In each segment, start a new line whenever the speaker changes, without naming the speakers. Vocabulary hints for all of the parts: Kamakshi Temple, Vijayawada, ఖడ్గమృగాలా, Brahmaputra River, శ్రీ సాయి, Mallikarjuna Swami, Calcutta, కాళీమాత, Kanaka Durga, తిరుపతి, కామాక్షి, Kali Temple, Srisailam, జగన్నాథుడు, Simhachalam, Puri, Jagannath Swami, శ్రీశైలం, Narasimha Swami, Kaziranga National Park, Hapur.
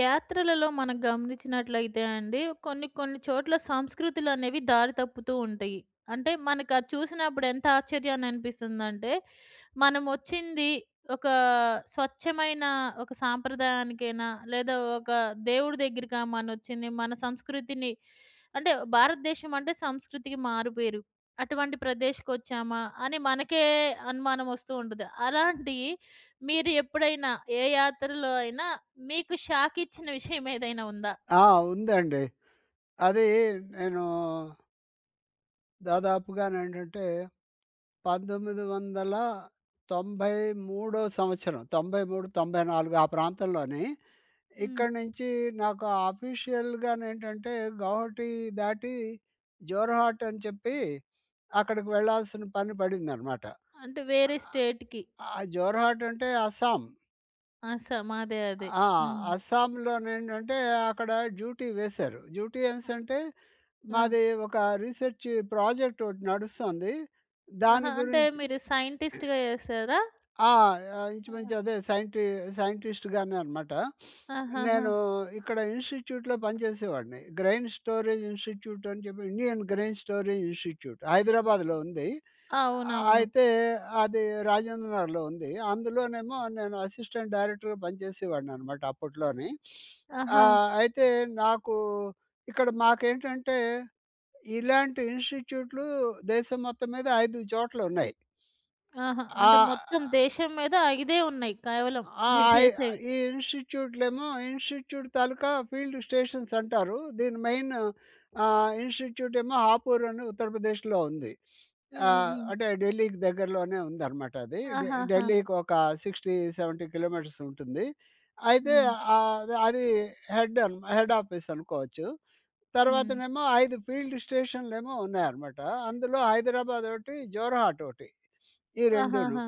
యాత్రలలో మనం గమనించినట్లయితే అండి, కొన్ని కొన్ని చోట్ల సంస్కృతులనేవి దారి తప్పుతూ ఉంటాయి. అంటే మనకది చూసినప్పుడు ఎంత ఆశ్చర్యాన్ని అనిపిస్తుందంటే, మనమొచ్చింది ఒక స్వచ్ఛమైన ఒక సాంప్రదాయానికైనా, లేదా ఒక దేవుడి దగ్గరికా మనొచ్చింది, మన సంస్కృతిని అంటే భారతదేశం అంటే సంస్కృతికి మారుపేరు. అటువంటి ప్రదేశ్‌కొచ్చామా అని మనకే అనుమానమొస్తూ ఉంటది. అలాంటియి మీరు ఎప్పుడైనా ఏ యాత్రలో అయినా మీకు షాక్ ఇచ్చిన విషయం ఏదైనా ఉందా?
ఆ! ఉందండి. అది నేను దాదాపుగానేంటంటే 1993 సంవత్సరం 93, 94 ఆ ప్రాంతంలోని
హ్మ్.
ఇక్కడి నుంచి నాకు అఫీషియల్‌గానేంటంటే గౌహటి దాటి జోర్హాట్ అని చెప్పి అక్కడికి వెళ్ళాల్సిన పని పడిందనమాట.
అంటే వేరే స్టేట్‌కి.
ఆ జోర్హాట్ అంటే అస్సాం.
మాదే అదే.
ఆ!
హ్మ్.
అస్సాంలోనేంటంటే అక్కడ డ్యూటీ వేశారు. డ్యూటీ
ఆ!
అనేసంటే మాది ఒక రీసెర్చ్ ప్రాజెక్ట్ ఒకటి నడుస్తుంది.
ఆహా!
దాని
అంటే
గురించి
మీరు సైంటిస్ట్‌గా చేసారా?
ఆ! ఇంచుమించు అదే సైంటిస్ట్‌గానే అనమాట.
ఆహాహా!
నేను ఇక్కడ ఇన్‌స్టిట్యూట్‌లో పనిచేసేవాడిని. గ్రెయిన్ స్టోరేజ్ ఇన్‌స్టిట్యూట్ అని చెప్పి ఇండియన్ గ్రెయిన్ స్టోరేజ్ ఇన్‌స్టిట్యూట్ హైదరాబాద్‌లో ఉంది.
అవునవును.
అయితే అది రాజేంద్ర నగర్‌లో ఉంది. అందులోనేమో నేను అసిస్టెంట్ డైరెక్టర్‌గా పనిచేసేవాడిని అనమాట అప్పట్లోని.
ఆహా!
అయితే నాకు ఇక్కడ మాకేంటంటే ఇలాంటి ఇన్‌స్టిట్యూట్‌లు దేశం మొత్తం మీద 5 చోట్లున్నాయి.
ఆహా! అంటే
ఆహ్,
మొత్తం
ఆ!
దేశం మీద ఇదే ఉన్నాయి కేవలం
ఆ
మీరు
ఐ
చేసేవి.
ఈ ఇన్‌స్టిట్యూట్‌లేమో ఇన్‌స్టిట్యూట్ తాలూకా ఫీల్డ్ స్టేషన్స్ అంటారు. దీని మెయిన్ ఇన్‌స్టిట్యూట్ ఏమో హాపూర్ అని ఉత్తరప్రదేశ్‌లో ఉంది.
హ్మ్. హ్మ్. హ్మ్.
అంటే ఢిల్లీకి దగ్గరలోనే ఉందనమాట అది.
ఆహాహా!
ఢిల్లీకి ఒక 60, 70 కిలోమీటర్స్ ఉంటుంది. అయితే
హ్మ్.
ఆహ్, అది హెడ్ ఆఫీస్ అనుకోవచ్చు.
హ్మ్.
తర్వాతనేమో 5 ఫీల్డ్ స్టేషన్‌లేమో ఉన్నాయన్నమాట. అందులో హైదరాబాద్ ఒకటి, జోర్హాట్ ఒకటి. ఈ రెండూను.
ఆహాహా!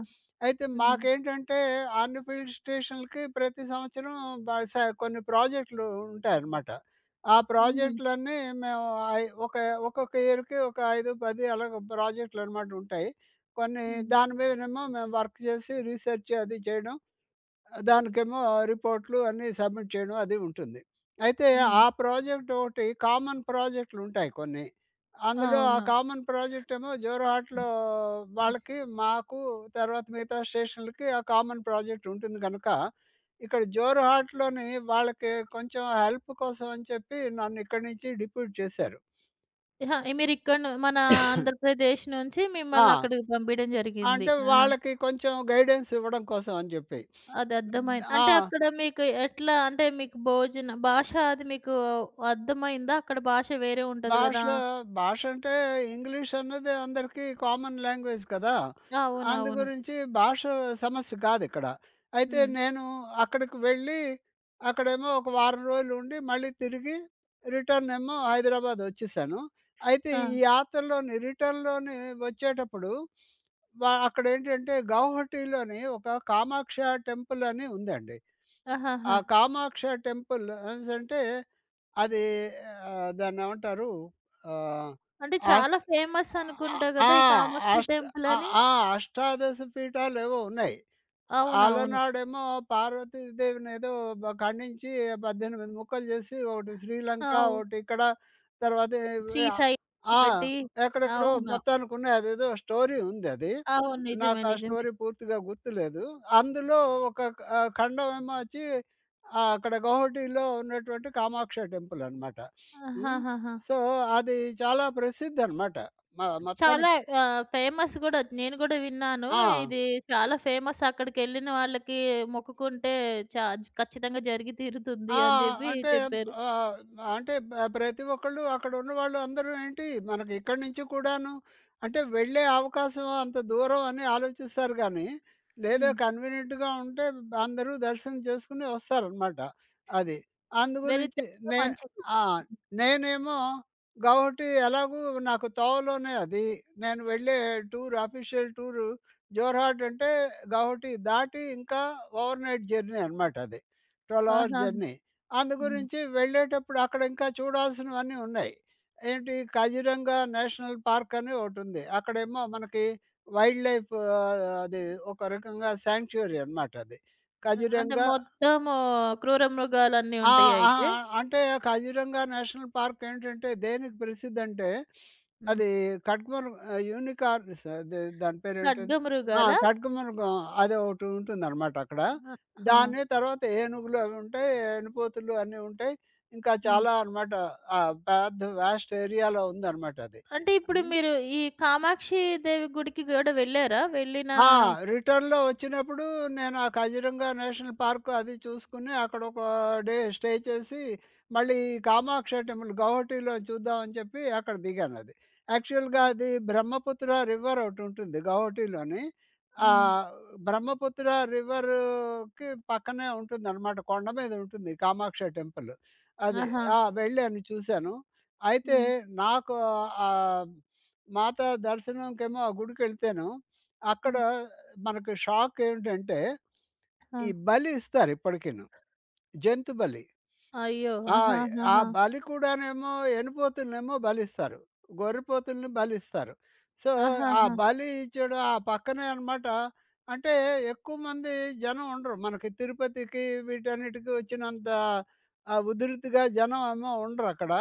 అయితే
హ్మ్.
మాకేంటంటే అన్ని ఫీల్డ్ స్టేషన్‌లకి ప్రతి సంవత్సరం బ స కొన్ని ప్రాజెక్టులు ఉంటాయన్నమాట. ఆ
హుహు.
ప్రాజెక్టులన్నీ మేము ఒక ఒక్కొక్క ఇయర్‌కి ఒక 5, 10 అలాగ ప్రాజెక్టులన్నమాట ఉంటాయి. కొన్ని
హ్మ్.
దాని మీదనేమో మేము వర్క్ చేసి రీసెర్చ్ అది చేయడం. దానికేమో రిపోర్ట్‌లు అన్నీ సబ్మిట్ చేయడం అది ఉంటుంది. అయితే ఆ
హ్మ్.
ప్రాజెక్ట్ ఒకటి కామన్ ప్రాజెక్ట్‌లుంటాయి కొన్ని. అందులో ఆ
అవును.
కామన్ ప్రాజెక్ట్ ఏమో జోరహాట్‌లో వాళ్ళకి, మాకు తర్వాత మిగతా స్టేషన్‌లకి ఆ కామన్ ప్రాజెక్ట్ ఉంటుంది గనుక, ఇక్కడ జోరహాట్‌లోని వాళ్ళకి కొంచెం హెల్ప్ కోసం అని చెప్పి నన్ను ఇక్కడి నుంచి డిప్యూట్ చేశారు.
అహా! మీరిక్కడను మన ఆంధ్రప్రదేశ్ నుంచి మిమ్మల్ని
ఆ!
అక్కడికి పంపియడం జరిగింది.
అంటే
ఆ!
వాళ్ళకి కొంచెం గైడెన్స్ ఇవ్వడం కోసం అని చెప్పి.
అది అర్థమైంది. అంటే
ఆ!
అక్కడ మీకు ఎట్లా అంటే మీకు భోజన భాష అది మీకు అర్థమైందా? అక్కడ భాష వేరే ఉంటది
భాష,
గదా!
భాష అంటే ఇంగ్లీష్ అన్నది అందరికీ కామన్ లాంగ్వేజ్ కదా! అందు
అవునవును.
గురించి భాష సమస్య కాదిక్కడ. అయితే
హ్మ్.
నేను అక్కడికి వెళ్ళి, అక్కడేమో ఒక వారం రోజులుండి, మళ్ళీ తిరిగి రిటర్న్ ఏమో హైదరాబాద్ వచ్చేసాను. అయితే
ఆ!
ఈ యాత్రలోని రిటర్న్‌లోని వచ్చేటప్పుడు అక్కడేంటంటే గౌహటిలోని ఒక కామాక్ష టెంపుల్ అని ఉందండి. ఆ
ఆహాహా!
కామాక్ష టెంపుల్ అనేసంటే అది దాన్నేమంటారు? ఆహ్,
అంటే
ఆష్
చాలా ఫేమస్
ఆ!
అనుకుంటా
ఆ!
గదా! ఈ
ఆ-
కామాక్షి
అష్ట ఆ!
టెంపులని.
ఆ! అష్టాదశ పీఠాలేవో ఉన్నాయి.
అవునవును.
అలనాడేమో పార్వతీదేవిని ఏదో ఖండించి 18 ముక్కలు జేసి ఒకటి శ్రీలంక,
అవు
ఒకటిక్కడ తర్వాత
శ్రీ
ఇవి ఆహ్,
సాయి
ఆ!
ఒకటి.
ఎక్కడెక్కడో
అవునా!
మొత్తానికున్నాయి. అదేదో స్టోరీ ఉందది.
అవును. నిజమే.
నాకు ఆ
నిజమే.
స్టోరీ పూర్తిగా గుర్తులేదు. అందులో ఒక ఖండమేమో వచ్చి అక్కడ గౌహటిలో ఉన్నటువంటి కామాక్ష టెంపుల్ అనమాట. హ్మ్.
ఆహాహాహా!
సో, అది చాలా ప్రసిద్ధనమాట. మ
చాలా
మొత్తానికి
ఫేమస్ గూడా. నేను గూడా విన్నాను.
ఆ!
ఇది చాలా ఫేమస్ అక్కడికెళ్ళిన వాళ్ళకి మొక్కుకుంటే చ ఖచ్చితంగా జరిగి తీరుతుంది
ఆ!
అని జెప్పి
అంటే
చెప్పారు.
ఆహ్, అంటే ప్రతి ఒక్కళ్ళు అక్కడున్న వాళ్ళు అందరూ ఏంటి మనకి ఇక్కడి నుంచి కూడాను అంటే వెళ్ళే అవకాశం అంత దూరం అని ఆలోచిస్తారు గానీ, లేదా
హ్మ్.
కన్వీనియంట్‌గా ఉంటే అందరూ దర్శనం చేసుకొని వస్తారనమాట. అది. అందు
వెళితే
గురించి
ఇంకా
నే
మంచిది.
ఆ! నేనేమో గౌహటి ఎలాగూ నాకు తోవలోనే అది. నేను వెళ్ళే అఫీషియల్ టూరు జోర్హాట్ అంటే గౌహటి దాటి ఇంకా ఓవర్‌నైట్ జర్నీ అనమాట అది. 12 అవర్
ఆహా!
జర్నీ. అందు
హ్మ్.
గురించి వెళ్ళేటప్పుడు అక్కడ ఇంకా చూడాల్సినవన్నీ ఉన్నాయి. ఏంటి 'కాజీరంగా నేషనల్ పార్క్' అని ఒకటుంది. అక్కడేమో మనకి వైల్డ్ లైఫ్ అది ఒక రకంగా శాంక్చురీ అనమాట అది.
అంటే
'కాజీరంగా'
మొత్తము క్రూర మృగాలన్నీ
ఆ!
ఉంటాయా
ఆ!
అయితే?
అంటే కాజీరంగా నేషనల్ పార్క్ ఏంటంటే దేనికి ప్రసిద్ధంటే,
హ్మ్.
అది యూనికార్న్స్ అది దాని పేరేంటి? ఆ!
ఖడ్గమృగాలా?
కట్కమనుగం అది ఒకటి ఉంటుందనమాట అక్కడ.
ఆ! ఆ!
దాన్ని తర్వాత ఏనుగులు అవి ఉంటాయి. ఏనుపోతులు అన్నీ ఉంటాయి. ఇంకా
హ్మ్.
చాలా అనమాట. ఆ! పెద్ద వాస్ట్ ఏరియాలో ఉందనమాట అది.
అంటే ఇప్పుడు
హ్మ్.
మీరు ఈ కామాక్షి దేవి గుడికి గూడా వెళ్లారా? వెళ్ళిన
ఆ! రిటర్న్‌లో వచ్చినప్పుడు నేను ఆ కజిరంగా నేషనల్ పార్క్ అది చూసుకుని, అక్కడ ఒక డే స్టే చేసి, మళ్ళీ కామాక్షి టెంపుల్ గౌహటిలో చూద్దామని చెప్పి అక్కడ దిగానది. యాక్చువల్‌గా
హ్మ్.
అది బ్రహ్మపుత్ర రివర్ ఒకటుంటుంది గౌహటిలోని.
హ్మ్.
ఆహ్, బ్రహ్మపుత్ర రివర్‌కి పక్కనే ఉంటుందనమాట. కొండ మీద ఉంటుంది కామాక్ష టెంపుల్. అది.
ఆహా!
ఆ! వెళ్ళాను చూశాను. అయితే
హ్మ్.
నాకు ఆహ్, మాత దర్శనంకేమో ఆ గుడికెళ్తేను అక్కడ
హ్మ్.
మనకు షాక్ ఏమిటంటే,
ఆ!
ఈ బలి ఇస్తారు ఇప్పటికీను. జంతు బలి.
అయ్యో!
ఆ! ఆ
ఆహాహాహా!
బలి కూడానేమో ఎనుపోతులనేమో బలిస్తారు. గొర్రెపోతుల్ని బలిస్తారు. సో, ఆ
ఆహాహా!
బలి ఇచ్చేయడం ఆ పక్కనే అనమాట అంటే ఎక్కువ మంది జనం ఉండరు. మనకి తిరుపతికి వీటన్నిటికి వచ్చినంత ఉధృతిగా జనం ఏమో ఉండరక్కడ.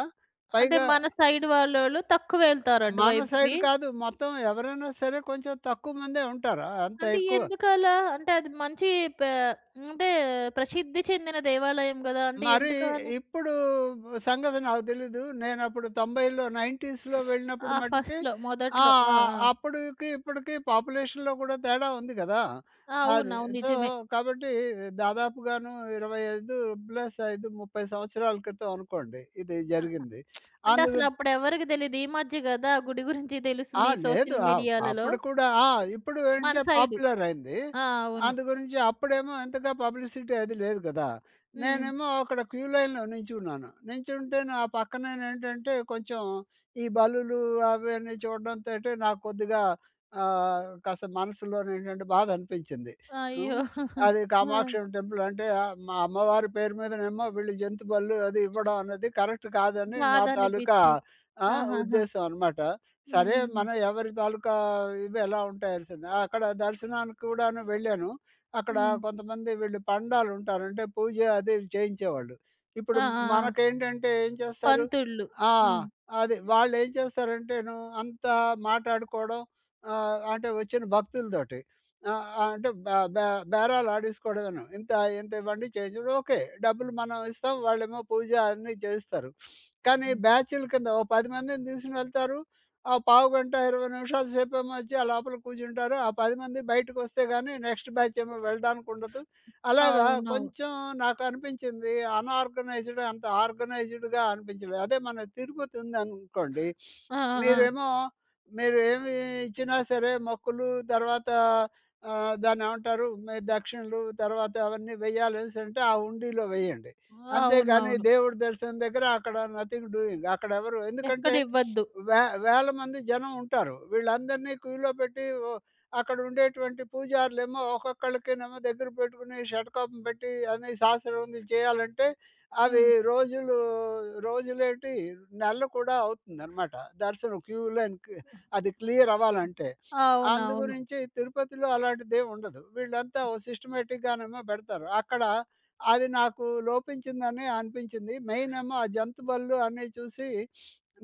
అంటే
పైగా
మన సైడ్ వాళ్ళోళ్ళు తక్కువ వెళ్తారు
మన
అటువైపుకి.
సైడ్ కాదు మొత్తం ఎవరైనా సరే కొంచెం తక్కువ మందే ఉంటారు. అంత
అంటే
ఎక్కువ
ఎందుకలా? అంటే అది మంచి ప అంటే ప్రసిద్ధి చెందిన దేవాలయం గదా! అంటే
మరి
ఎందుకని?
ఇప్పుడు సంగతి నాకు తెలీదు. నేనప్పుడు 90లో 90స్‌లో వెళ్ళినప్పుడు
ఆ!
మట్టుకి
ఫస్ట్‌లో
ఆ!
మొదట్లో. ఆ! ఆ!
అప్పటికి, ఇప్పటికి పాపులేషన్‌లో కూడా తేడా ఉంది గదా! అది.
అవునవును.
సో,
నిజమే.
కాబట్టి దాదాపుగాను 25 ప్లస్ 5, 30 సంవత్సరాల క్రితం అనుకోండి ఇది
ఆ!
జరిగింది.
అంటే
అందు
అసలు అప్పుడెవరికి తెలీదు. ఈ మధ్య గదా ఆ గుడి గురించి
ఆ!
తెలుస్తుంది. ఈ
లేదు.
సోషల్
ఆ!
మీడియాలలో.
అప్పుడు కూడా ఆ! ఇప్పుడు
మన
ఏంటే
సైడు.
పాపులర్ అయింది.
ఆ! అవును.
అందు గురించి అప్పుడేమో ఎంతగా పబ్లిసిటీ అది లేదు కదా!
హ్మ్.
నేనేమో అక్కడ క్యూ లైన్‌లో నించున్నాను. నించుంటేను ఆ పక్కనేనేంటంటే కొంచెం ఈ బల్లులు అవన్నీ చూడడంతోటి నాకు కొద్దిగా కాస్త మనసులోనేంటంటే బాధ అనిపించింది. హ్మ్.
అయ్యో!
అది
ఆ!
కామాక్షమ్మ టెంపుల్ అంటే మా అమ్మవారి పేరు మీదనేమో వీళ్ళు జంతు బలులు అది ఇవ్వడం అన్నది కరెక్ట్ కాదని నా తాలూకా
బాధనిపిచ్చి.
ఆ!
ఆహాహా!
ఉద్దేశం అనమాట.
హ్మ్.
సరే
హ్మ్. హ్మ్.
మనం ఎవరి తాలూకా ఇవి ఎలా ఉంటాయి అసలు. అక్కడ దర్శనానికి కూడాను వెళ్ళాను. అక్కడ
హ్మ్.
కొంతమంది వీళ్ళు పండాలు ఉంటారు. అంటే పూజ అది చేయించేవాళ్ళు.
ఆ!
ఇప్పుడు
ఆ! ఆ!
మనకేంటంటే ఏం చేస్తారు
పంతుళ్ళు.
ఆ!
హ్మ్.
అది వాళ్ళేం చేస్తారంటేను అంతా మాటాడుకోవడం అంటే వచ్చిన భక్తులతోటి. ఆహ్, అంటే బే బే బేరాలు ఆడేసుకోవడమేను. ఇంత ఇంత ఇవ్వండి చేంజ్ ఓకే. డబ్బులు మనం ఇస్తాం. వాళ్ళేమో పూజ అన్నీ చేయిస్తారు. కానీ
హ్మ్.
బ్యాచుల కింద ఓ 10 మందిని తీసుకుని వెళ్తారు. ఆ పావు గంట, 20 నిమిషాల సేపేమో వచ్చి ఆ లోపల కూర్చుంటారు. ఆ 10 మంది బయటకొస్తే గానీ నెక్స్ట్ బ్యాచ్ ఏమో వెళ్ళడానికుండదు. అలాగా
అవునవును.
కొంచెం నాకనిపించింది అనార్గనైజ్డ్ అంత ఆర్గనైజ్డ్‌గా అనిపించలేదు. అదే మన తిరుపతి ఉందనుకోండి,
ఆ! ఆ! ఆ!
మీరేమో మీరేమి ఇచ్చినా సరే మొక్కులు తర్వాత దాన్నేమంటారు? మీ దక్షిణలు తర్వాత అవన్నీ వెయ్యాలనేసంటే ఆ హుండీలో వెయ్యండి. అంతేగాని
అవునవును.
దేవుడు దర్శనం దగ్గర అక్కడ నథింగ్ డూయింగ్ అక్కడెవరు ఎందుకంటే
ఎక్కడివ్వద్దు.
వే వేల మంది జనం ఉంటారు. వీళ్ళందరినీ క్యూలో పెట్టి ఓ అక్కడ ఉండేటువంటి పూజారులేమో ఒక్కొక్కళ్ళకినేమో దగ్గర పెట్టుకుని షట్కాపం పెట్టి అని శాస్త్రవంది చేయాలంటే అవి
హ్మ్.
రోజులు రోజులేంటి నెలలు కూడా అవుతుందనమాట. దర్శనం క్యూ లైన్‌కి అది క్లియర్ అవ్వాలంటే. అందు
అవునవును.
గురించి తిరుపతిలో అలాంటిదేం ఉండదు. వీళ్ళంతా ఓ సిస్టమేటిక్‌గానేమో పెడతారు. అక్కడ అది నాకు లోపించిందని అనిపించింది. మెయిన్ ఏమో ఆ జంతు బలులు అన్నీ చూసి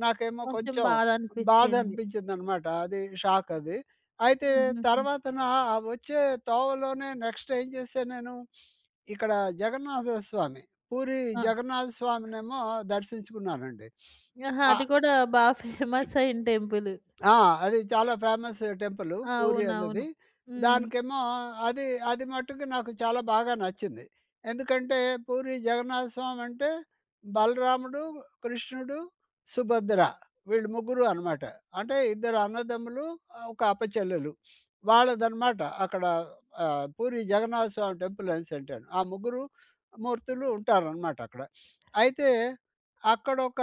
నాకేమో
కొంచెం
కొంచెం బాధ
బాధనిపిచ్చింది.
అనిపించిందనమాట. అది షాక్ అది. అయితే
హుహుహు.
తర్వాతన ఆ వచ్చే తోవలోనే నెక్స్ట్ ఏం చేశాను నేను, ఇక్కడ జగన్నాథ స్వామి, పూరీ
ఆ!
జగన్నాథ స్వామినేమో దర్శించుకున్నానండి.
ఆహా!
ఆ!
అది కూడా బా ఫేమస్ అయిన టెంపుల్.
ఆ! అది చాలా ఫేమస్ టెంపులు పూరి అన్నది.
అవునవును. హ్మ్.
దానికేమో అది అది మట్టుకు నాకు చాలా బాగా నచ్చింది. ఎందుకంటే పూరి జగన్నాథ స్వామి అంటే బలరాముడు, కృష్ణుడు, సుభద్ర వీళ్ళు ముగ్గురు అనమాట. అంటే ఇద్దరు అన్నదమ్ములు, ఒక అప్పచెల్లెలు. వాళ్ళదనమాట అక్కడ పూరి జగన్నాథ స్వామి టెంపుల్ అనేసంటాను. ఆ ముగ్గురు మూర్తులు ఉంటారనమాట అక్కడ. అయితే అక్కడొక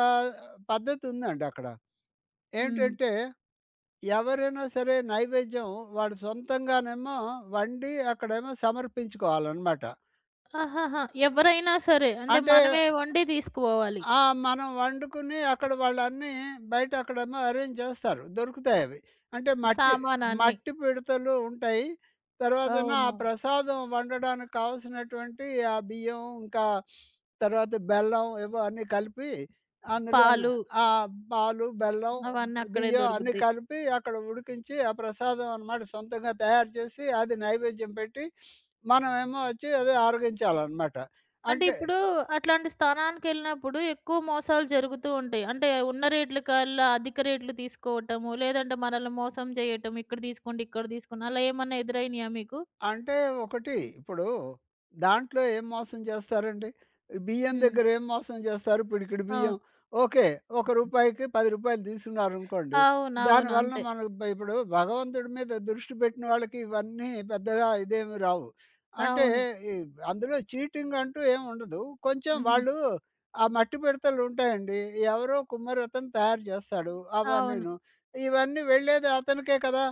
పద్ధతుందండి అక్కడ.
హ్మ్.
ఏంటంటే ఎవరైనా సరే నైవేద్యం వాడు సొంతంగానేమో వండి అక్కడేమో సమర్పించుకోవాలనమాట.
ఆహాహా! ఎవరైనా సరే అంటే
అంటే
మనమే వండి తీసుకుపోవాలి.
ఆ! మనం వండుకుని అక్కడ వాళ్ళన్నీ బయట అక్కడేమో అరేంజ్ చేస్తారు. దొరుకుతాయి అవి. అంటే మట్టి
సామానన్నీ.
మట్టి పిడతలు ఉంటాయి. తర్వాతేమో ఆ
అవునవును.
ప్రసాదం వండడానికి కావాల్సినటువంటి ఆ బియ్యం, ఇంకా తర్వాత బెల్లం ఏవో అన్నీ కలిపి అందులోనే
పాలు
ఆ! పాలు, బెల్లం,
అవన్నీ అక్కడే
బియ్యం అన్నీ
దొరుకుతాయి.
కలిపి అక్కడ ఉడికించి ఆ ప్రసాదం అన్నమాట సొంతంగా తయారు చేసి అది నైవేద్యం పెట్టి మనమేమో వచ్చి అది ఆరగించాలన్నమాట.
అంటే
అంటే
ఇప్పుడు అట్లాంటి స్థానానికెళ్ళినప్పుడు ఎక్కువ మోసాలు జరుగుతూ ఉంటాయి. అంటే ఉన్న రేట్ల కల్లా అధిక రేట్లు తీసుకోవటము, లేదంటే మనల్ని మోసం చేయటం. ఇక్కడ తీసుకోండి, ఇక్కడ తీసుకోండి అలా ఏమన్నా ఎదురైనాయా మీకు?
అంటే ఒకటి ఇప్పుడు దాంట్లో ఏం మోసం చేస్తారండి? బియ్యం
హ్మ్.
దగ్గర ఏం మోసం చేస్తారు? పిడికిడి బియ్యం
అవును.
ఓకే. రూ. 1కి రూ. 10 తీసుకున్నారనుకోండి. దాని
అవునవును.
వలన
అంతే.
మనకు ఇప్పుడు భగవంతుడి మీద దృష్టి పెట్టిన వాళ్ళకి ఇవన్నీ పెద్దగా ఇదేమి రావు. అంటే
అవును.
ఈ అందులో చీటింగ్ అంటూ ఏమి ఉండదు. కొంచెం
హుహు.
వాళ్ళు ఆ మట్టి పిడతలు ఉంటాయండి. ఎవరో కుమ్మరతను తయారు చేస్తాడు
అవును.
అవన్నీను. ఇవన్నీ వెళ్ళేది అతనికే కదా!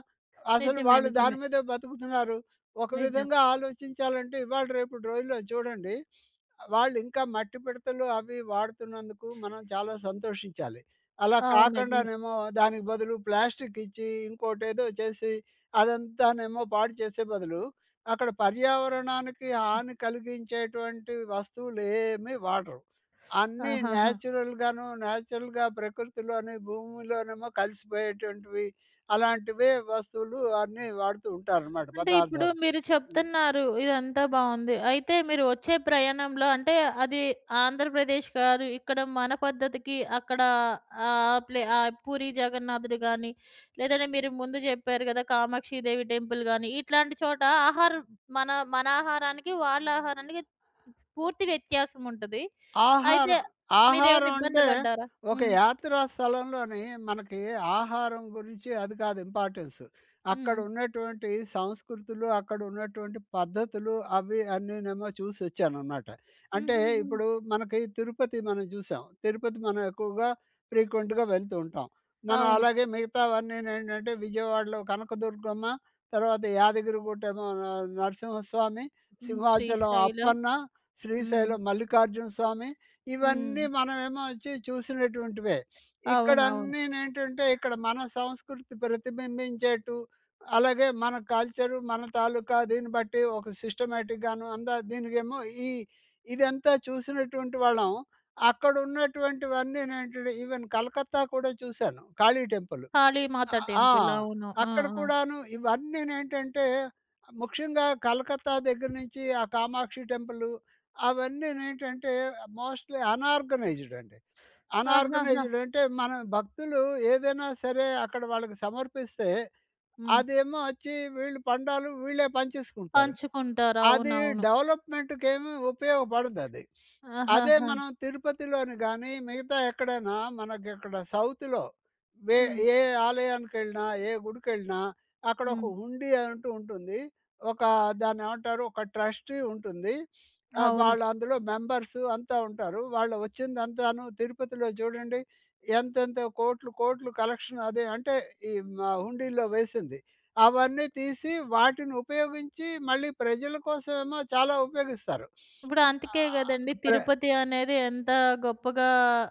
అసలు
నిజమే.
వాళ్ళు దాని
నిజమే.
మీదే బతుకుతున్నారు. ఒక
నిజం.
విధంగా ఆలోచించాలంటే ఇవాళ రేపటి రోజుల్లో చూడండి వాళ్ళు ఇంకా మట్టి పిడతలు అవి వాడుతున్నందుకు మనం చాలా సంతోషించాలి. అలా
అవును. నిజమే.
కాకుండానేమో దానికి బదులు ప్లాస్టిక్ ఇచ్చి ఇంకోటేదో చేసి అదంతానేమో పాడు చేసే బదులు అక్కడ పర్యావరణానికి హాని కలిగించేటువంటి వస్తువులు ఏమీ వాడరు. అన్నీ
ఆహాహా!
నేచురల్‌గా ప్రకృతిలోని భూమిలోనేమో కలిసిపోయేటువంటివి అలాంటివే వస్తువులు అన్నీ వాడుతూ ఉంటారనమాట
అంటే ఇప్పుడు
పదార్థాలు.
మీరు
హ్మ్.
చెప్తున్నారు. ఇదంతా బావుంది. అయితే మీరు వచ్చే ప్రయాణంలో అంటే అది ఆంధ్రప్రదేశ్ గారు ఇక్కడ మన పద్ధతికి అక్కడ పూరి జగన్నాథుడు గాని, లేదంటే మీరు ముందు చెప్పారు గదా! కామాక్షిదేవి టెంపుల్ గాని, ఇట్లాంటి చోట ఆహారం మన మన ఆహారానికి, వాళ్ళ ఆహారానికి పూర్తి వ్యత్యాసం ఉంటది. అయితే
ఆహారం,
మీరేమైనా
ఆహారం
ఇబ్బంది
అంటే
పడ్డారా?
ఒక
హ్మ్.
యాత్రా స్థలంలోని మనకి ఆహారం గురించి అది కాదు ఇంపార్టెన్సు. అక్కడ
హ్మ్.
ఉన్నటువంటి సంస్కృతులు, అక్కడ ఉన్నటువంటి పద్ధతులు అవి అన్నీనేమో చూసొచ్చాననమాట. అంటే
హుహుహు.
ఇప్పుడు మనకి తిరుపతి మనం చూసాం. తిరుపతి మనం ఎక్కువగా ఫ్రీక్వెంట్‌గా వెళ్తూ ఉంటాం. మనం
అవును.
అలాగే మిగతావన్నీనేంటంటే విజయవాడలో కనకదుర్గమ్మ, తర్వాత యాదగిరిగుట్టేమో నరసింహస్వామి,
హ్మ్.
సింహాచలం
శ్రీశైలం.
అప్పన్న
హ్మ్.
శ్రీశైలం మల్లికార్జున స్వామి
హ్మ్.
ఇవన్నీ మనమేమో వచ్చి చూసినటువంటివే. ఇక్కడ
అవునవును.
అన్నీనేంటంటే ఇక్కడ మన సంస్కృతి ప్రతిబింబించేట్టు అలాగే మన కల్చరు మన తాలూకా దీన్ని బట్టి ఒక సిస్టమాటిక్‌గాను అందా దీనికేమో ఈ ఇదంతా చూసినటువంటి వాళ్ళం. అక్కడున్నటువంటివన్నీనేంటంటే ఈవెన్ కలకత్తా కూడా చూశాను. కాళీ టెంపుల్.
కాళీమాత
ఆ! ఆ!
టెంపుల్. అవును. ఆ!
అక్కడ
ఆ!
కూడాను ఇవన్నీనేంటంటే, ముఖ్యంగా కలకత్తా దగ్గర నుంచి ఆ కామాక్షి టెంపులు అవన్నీనేంటంటే, మోస్ట్‌లీ అనార్గనైజ్డ్ అండి.
ఆహాహా!
అనార్గనైజ్డ్ అంటే, మన భక్తులు ఏదైనా సరే అక్కడ వాళ్ళకి సమర్పిస్తే,
హ్మ్.
అదేమో వచ్చి వీళ్ళు పండాలు వీళ్ళే పంచేసుకుంటారు.
పంచుకుంటారు.
అది
అవునవును.
డెవలప్‌మెంట్‌కేమి ఉపయోగపడదది. అదే
ఆహాహా!
మనం తిరుపతిలోని గాని, మిగతా ఎక్కడైనా మనకిక్కడ సౌత్‌లో వే
హ్మ్.
ఏ ఆలయానికెళ్ళినా, ఏ గుడికెళ్ళినా అక్కడ ఒక
హ్మ్.
హుండీ అంటూ ఉంటుంది. ఒక దాన్నేమంటారు ఒక ట్రస్టీ ఉంటుంది.
అవును.
వాళ్ళు అందులో మెంబర్స్ అంతా ఉంటారు. వాళ్ళు వచ్చిందంతాను తిరుపతిలో చూడండి ఎంతెంత కోట్లు, కోట్లు కలెక్షన్ అది అంటే ఈ మ హుండీలో వేసింది. అవన్నీ తీసి వాటిని ఉపయోగించి మళ్ళీ ప్రజల కోసమేమో చాలా ఉపయోగిస్తారు.
ఇప్పుడు అందుకే
ఆహ్,
గదండీ
ప్ర
తిరుపతి అనేది ఎంత గొప్పగా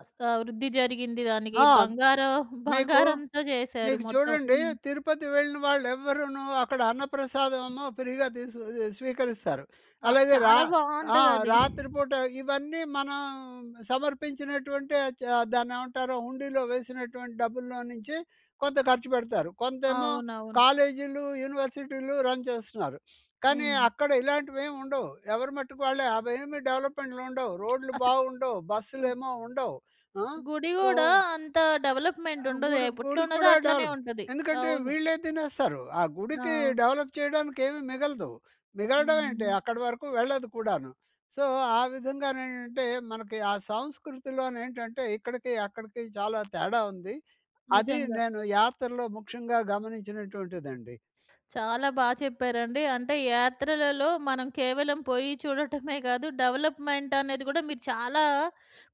వృద్ధి జరిగింది దానికి.
ఆ!
బంగారం
మీకు
బంగారంతో చేశారు
మీకు
మొత్తం.
చూడండి
హ్మ్.
తిరుపతి వెళ్ళిన వాళ్ళెవ్వరూను అక్కడ అన్నప్రసాదమేమో ఫ్రీగా స్వీకరిస్తారు.
ఆ!
అలాగే రా
చాలా
ఆ!
బావుంటదది.
రాత్రిపూట ఇవన్నీ మనం సమర్పించినటువంటి దాన్నేమంటారో హుండీలో వేసినటువంటి డబ్బుల్లో నుంచి కొంత ఖర్చు పెడతారు. కొంతేమో
అవునవును.
కాలేజీలు, యూనివర్సిటీలు రన్ చేస్తున్నారు. కానీ
హ్మ్.
అక్కడ ఇలాంటివేమి ఉండవు. ఎవరి మట్టుకు వాళ్ళే అవేమి డెవలప్‌మెంట్‌లుండవు. రోడ్లు
అసలు
బాగుండవు.
గ్
బస్సులేమో ఉండవు. ఆ!
గుడి
సో
గూడా అంత డెవలప్‌మెంట్
ఆ!
ఉండదు.
గుడి
ఎప్పట్లో
గుడి
ఉన్నదో
కూడా
అట్లనే
డెవలప్.
ఉంటది.
ఎందుకంటే
అవును.
వీళ్ళే తినేస్తారు. ఆ గుడికి
అవును.
డెవలప్ చేయడానికి ఏమి మిగలదు. మిగలడం ఏంటి
హ్మ్.
అక్కడి వరకు వెళ్ళదు కూడాను. సో, ఆ విధంగానేంటంటే మనకి ఆ సంస్కృతిలోనేంటంటే ఇక్కడికి, అక్కడికి చాలా తేడా ఉంది. అది
నిజంగా.
నేను యాత్రలో ముఖ్యంగా గమనించినటువంటిదండి.
చాలా బాగా చెప్పారండి. అంటే యాత్రలలో మనం కేవలం పోయి చూడటమే కాదు, డెవలప్‌మెంట్ అనేది కూడా మీరు చాలా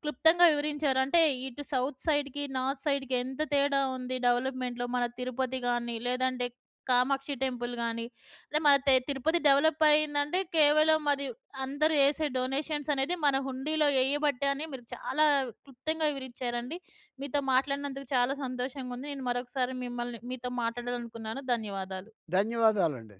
క్లుప్తంగా వివరించారు. అంటే ఇటు సౌత్ సైడ్‌కి, నార్త్ సైడ్‌కి ఎంత తేడా ఉంది డెవలప్‌మెంట్‌లో. మన తిరుపతి గాని, లేదంటే కామాక్షి టెంపుల్ గాని, అంటే మన తిరుపతి డెవలప్ అయిందంటే కేవలం అది అందరూ ఏసే డొనేషన్స్ అనేది మన హుండీలో ఎయ్యబట్టే అని మీరు చాలా క్లుప్తంగా వివరించారండి. మీతో మాట్లాడినందుకు చాలా సంతోషంగా ఉంది. నేను మరొకసారి మిమ్మల్ని మీతో మాట్లాడాలనుకున్నాను. ధన్యవాదాలు.
ధన్యవాదాలండి.